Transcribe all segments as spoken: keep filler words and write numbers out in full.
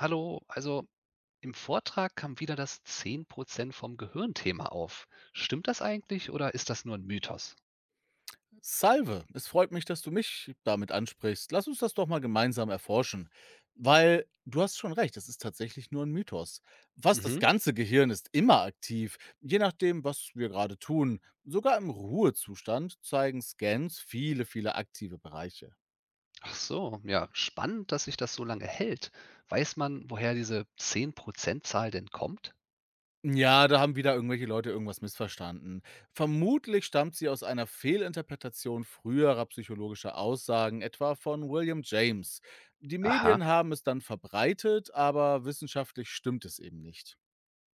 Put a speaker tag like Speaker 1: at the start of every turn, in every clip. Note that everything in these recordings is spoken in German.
Speaker 1: Hallo, also im Vortrag kam wieder das zehn Prozent vom Gehirn-Thema auf. Stimmt das eigentlich oder ist das nur ein Mythos?
Speaker 2: Salve, es freut mich, dass du mich damit ansprichst. Lass uns das doch mal gemeinsam erforschen. Weil du hast schon recht, es ist tatsächlich nur ein Mythos. Fast das
Speaker 1: Mhm.
Speaker 2: ganze Gehirn ist immer aktiv, je nachdem, was wir gerade tun. Sogar im Ruhezustand zeigen Scans viele, viele aktive Bereiche.
Speaker 1: Ach so, ja, spannend, dass sich das so lange hält. Weiß man, woher diese zehn Prozent-Zahl denn kommt?
Speaker 2: Ja, da haben wieder irgendwelche Leute irgendwas missverstanden. Vermutlich stammt sie aus einer Fehlinterpretation früherer psychologischer Aussagen, etwa von William James. Die
Speaker 1: Aha,
Speaker 2: Medien haben es dann verbreitet, aber wissenschaftlich stimmt es eben nicht.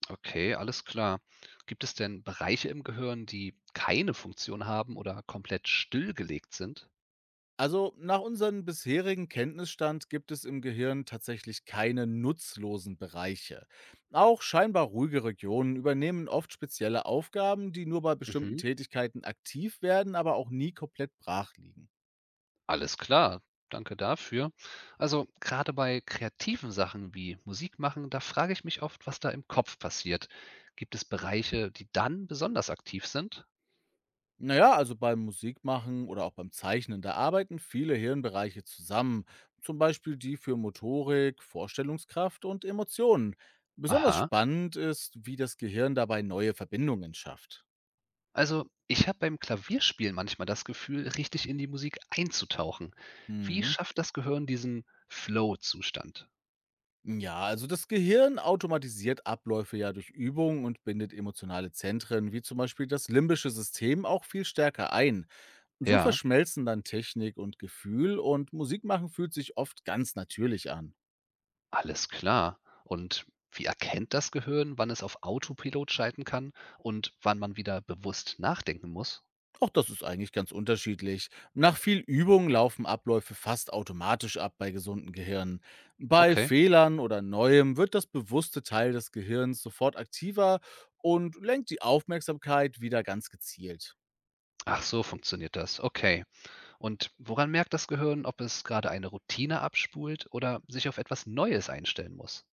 Speaker 1: okay, alles klar. Gibt es denn Bereiche im Gehirn, die keine Funktion haben oder komplett stillgelegt sind?
Speaker 2: Also nach unserem bisherigen Kenntnisstand gibt es im Gehirn tatsächlich keine nutzlosen Bereiche. Auch scheinbar ruhige Regionen übernehmen oft spezielle Aufgaben, die nur bei bestimmten
Speaker 1: Mhm.
Speaker 2: Tätigkeiten aktiv werden, aber auch nie komplett brach liegen.
Speaker 1: Alles klar, danke dafür. Also gerade bei kreativen Sachen wie Musik machen, da frage ich mich oft, was da im Kopf passiert. Gibt es Bereiche, die dann besonders aktiv sind?
Speaker 2: Na ja, also beim Musikmachen oder auch beim Zeichnen, da arbeiten viele Hirnbereiche zusammen, zum Beispiel die für Motorik, Vorstellungskraft und Emotionen. Besonders
Speaker 1: Aha.
Speaker 2: spannend ist, wie das Gehirn dabei neue Verbindungen schafft.
Speaker 1: Also ich habe beim Klavierspielen manchmal das Gefühl, richtig in die Musik einzutauchen. Wie
Speaker 2: Mhm.
Speaker 1: schafft das Gehirn diesen Flow-Zustand?
Speaker 2: Ja, also das Gehirn automatisiert Abläufe ja durch Übung und bindet emotionale Zentren, wie zum Beispiel das limbische System, auch viel stärker ein. So
Speaker 1: Ja,
Speaker 2: verschmelzen dann Technik und Gefühl und Musikmachen fühlt sich oft ganz natürlich an.
Speaker 1: alles klar. Und wie erkennt das Gehirn, wann es auf Autopilot schalten kann und wann man wieder bewusst nachdenken muss?
Speaker 2: Auch das ist eigentlich ganz unterschiedlich. Nach viel Übung laufen Abläufe fast automatisch ab bei gesunden Gehirnen. Bei
Speaker 1: Okay.
Speaker 2: Fehlern oder Neuem wird das bewusste Teil des Gehirns sofort aktiver und lenkt die Aufmerksamkeit wieder ganz gezielt.
Speaker 1: Ach so, funktioniert das. Okay. Und woran merkt das Gehirn, ob es gerade eine Routine abspult oder sich auf etwas Neues einstellen muss?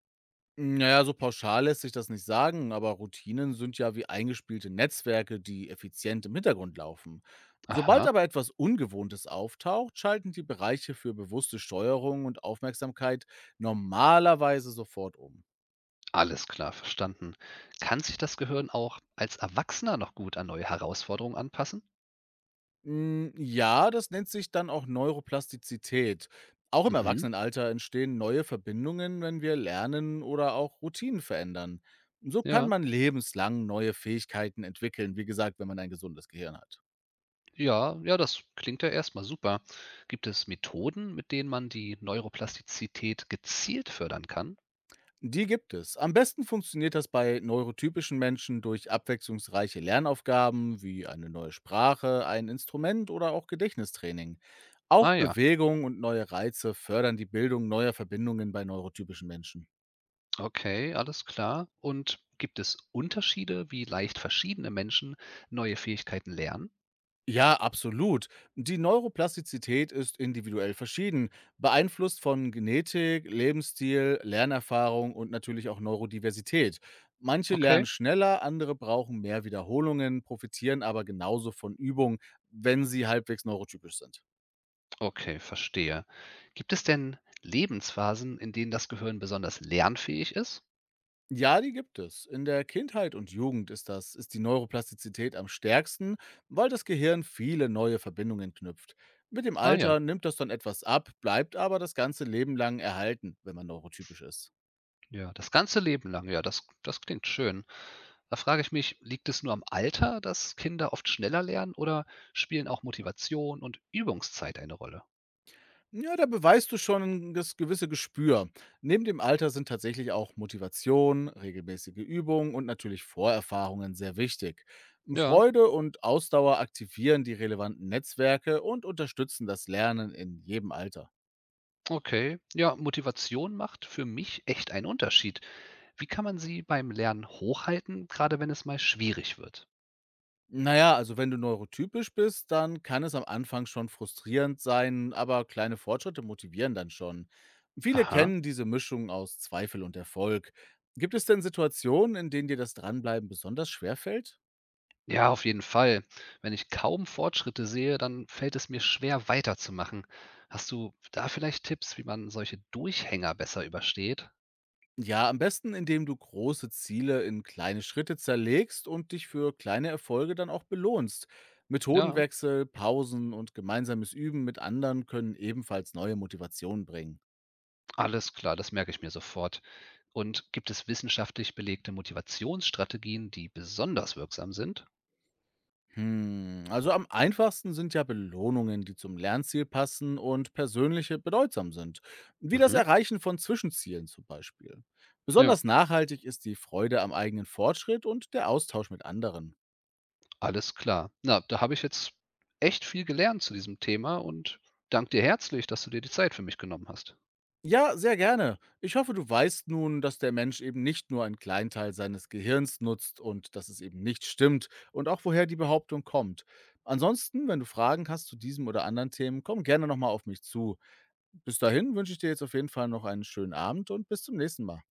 Speaker 2: Naja, so pauschal lässt sich das nicht sagen, aber Routinen sind ja wie eingespielte Netzwerke, die effizient im Hintergrund laufen. Sobald
Speaker 1: Aha,
Speaker 2: aber etwas Ungewohntes auftaucht, schalten die Bereiche für bewusste Steuerung und Aufmerksamkeit normalerweise sofort um.
Speaker 1: alles klar, verstanden. Kann sich das Gehirn auch als Erwachsener noch gut an neue Herausforderungen anpassen?
Speaker 2: Hm, ja, das nennt sich dann auch Neuroplastizität. Auch im
Speaker 1: Mhm.
Speaker 2: Erwachsenenalter entstehen neue Verbindungen, wenn wir lernen oder auch Routinen verändern. So kann
Speaker 1: Ja.
Speaker 2: man lebenslang neue Fähigkeiten entwickeln, wie gesagt, wenn man ein gesundes Gehirn hat.
Speaker 1: Ja, ja, das klingt ja erstmal super. Gibt es Methoden, mit denen man die Neuroplastizität gezielt fördern kann?
Speaker 2: Die gibt es. Am besten funktioniert das bei neurotypischen Menschen durch abwechslungsreiche Lernaufgaben wie eine neue Sprache, ein Instrument oder auch Gedächtnistraining. Auch
Speaker 1: Ah ja,
Speaker 2: Bewegung und neue Reize fördern die Bildung neuer Verbindungen bei neurotypischen Menschen.
Speaker 1: okay, alles klar. Und gibt es Unterschiede, wie leicht verschiedene Menschen neue Fähigkeiten lernen?
Speaker 2: Ja, absolut. Die Neuroplastizität ist individuell verschieden, beeinflusst von Genetik, Lebensstil, Lernerfahrung und natürlich auch Neurodiversität. Manche lernen
Speaker 1: Okay,
Speaker 2: schneller, andere brauchen mehr Wiederholungen, profitieren aber genauso von Übung, wenn sie halbwegs neurotypisch sind.
Speaker 1: okay, verstehe. Gibt es denn Lebensphasen, in denen das Gehirn besonders lernfähig ist?
Speaker 2: Ja, die gibt es. In der Kindheit und Jugend ist das, ist die Neuroplastizität am stärksten, weil das Gehirn viele neue Verbindungen knüpft. Mit dem
Speaker 1: Ah ja,
Speaker 2: Alter nimmt das dann etwas ab, bleibt aber das ganze Leben lang erhalten, wenn man neurotypisch ist.
Speaker 1: ja, das ganze Leben lang, ja, das, das klingt schön. Da frage ich mich, liegt es nur am Alter, dass Kinder oft schneller lernen oder spielen auch Motivation und Übungszeit eine Rolle?
Speaker 2: Ja, da beweist du schon das gewisse Gespür. Neben dem Alter sind tatsächlich auch Motivation, regelmäßige Übung und natürlich Vorerfahrungen sehr wichtig.
Speaker 1: Ja,
Speaker 2: Freude und Ausdauer aktivieren die relevanten Netzwerke und unterstützen das Lernen in jedem Alter.
Speaker 1: okay. Ja, Motivation macht für mich echt einen Unterschied. Wie kann man sie beim Lernen hochhalten, gerade wenn es mal schwierig wird?
Speaker 2: Na ja, also wenn du neurotypisch bist, dann kann es am Anfang schon frustrierend sein, aber kleine Fortschritte motivieren dann schon. Viele
Speaker 1: Aha.
Speaker 2: kennen diese Mischung aus Zweifel und Erfolg. Gibt es denn Situationen, in denen dir das Dranbleiben besonders schwer fällt?
Speaker 1: Ja, auf jeden Fall. Wenn ich kaum Fortschritte sehe, dann fällt es mir schwer, weiterzumachen. Hast du da vielleicht Tipps, wie man solche Durchhänger besser übersteht?
Speaker 2: Ja, am besten, indem du große Ziele in kleine Schritte zerlegst und dich für kleine Erfolge dann auch belohnst.
Speaker 1: Ja,
Speaker 2: Methodenwechsel, Pausen und gemeinsames Üben mit anderen können ebenfalls neue Motivationen bringen.
Speaker 1: alles klar, das merke ich mir sofort. Und gibt es wissenschaftlich belegte Motivationsstrategien, die besonders wirksam sind?
Speaker 2: Hm, also am einfachsten sind ja Belohnungen, die zum Lernziel passen und persönliche bedeutsam sind, wie das
Speaker 1: Mhm.
Speaker 2: Erreichen von Zwischenzielen zum Beispiel.
Speaker 1: Ja,
Speaker 2: Besonders nachhaltig ist die Freude am eigenen Fortschritt und der Austausch mit anderen.
Speaker 1: alles klar. Na, da habe ich jetzt echt viel gelernt zu diesem Thema und danke dir herzlich, dass du dir die Zeit für mich genommen hast.
Speaker 2: Ja, sehr gerne. Ich hoffe, du weißt nun, dass der Mensch eben nicht nur einen kleinen Teil seines Gehirns nutzt und dass es eben nicht stimmt und auch woher die Behauptung kommt. Ansonsten, wenn du Fragen hast zu diesem oder anderen Themen, komm gerne nochmal auf mich zu. Bis dahin wünsche ich dir jetzt auf jeden Fall noch einen schönen Abend und bis zum nächsten Mal.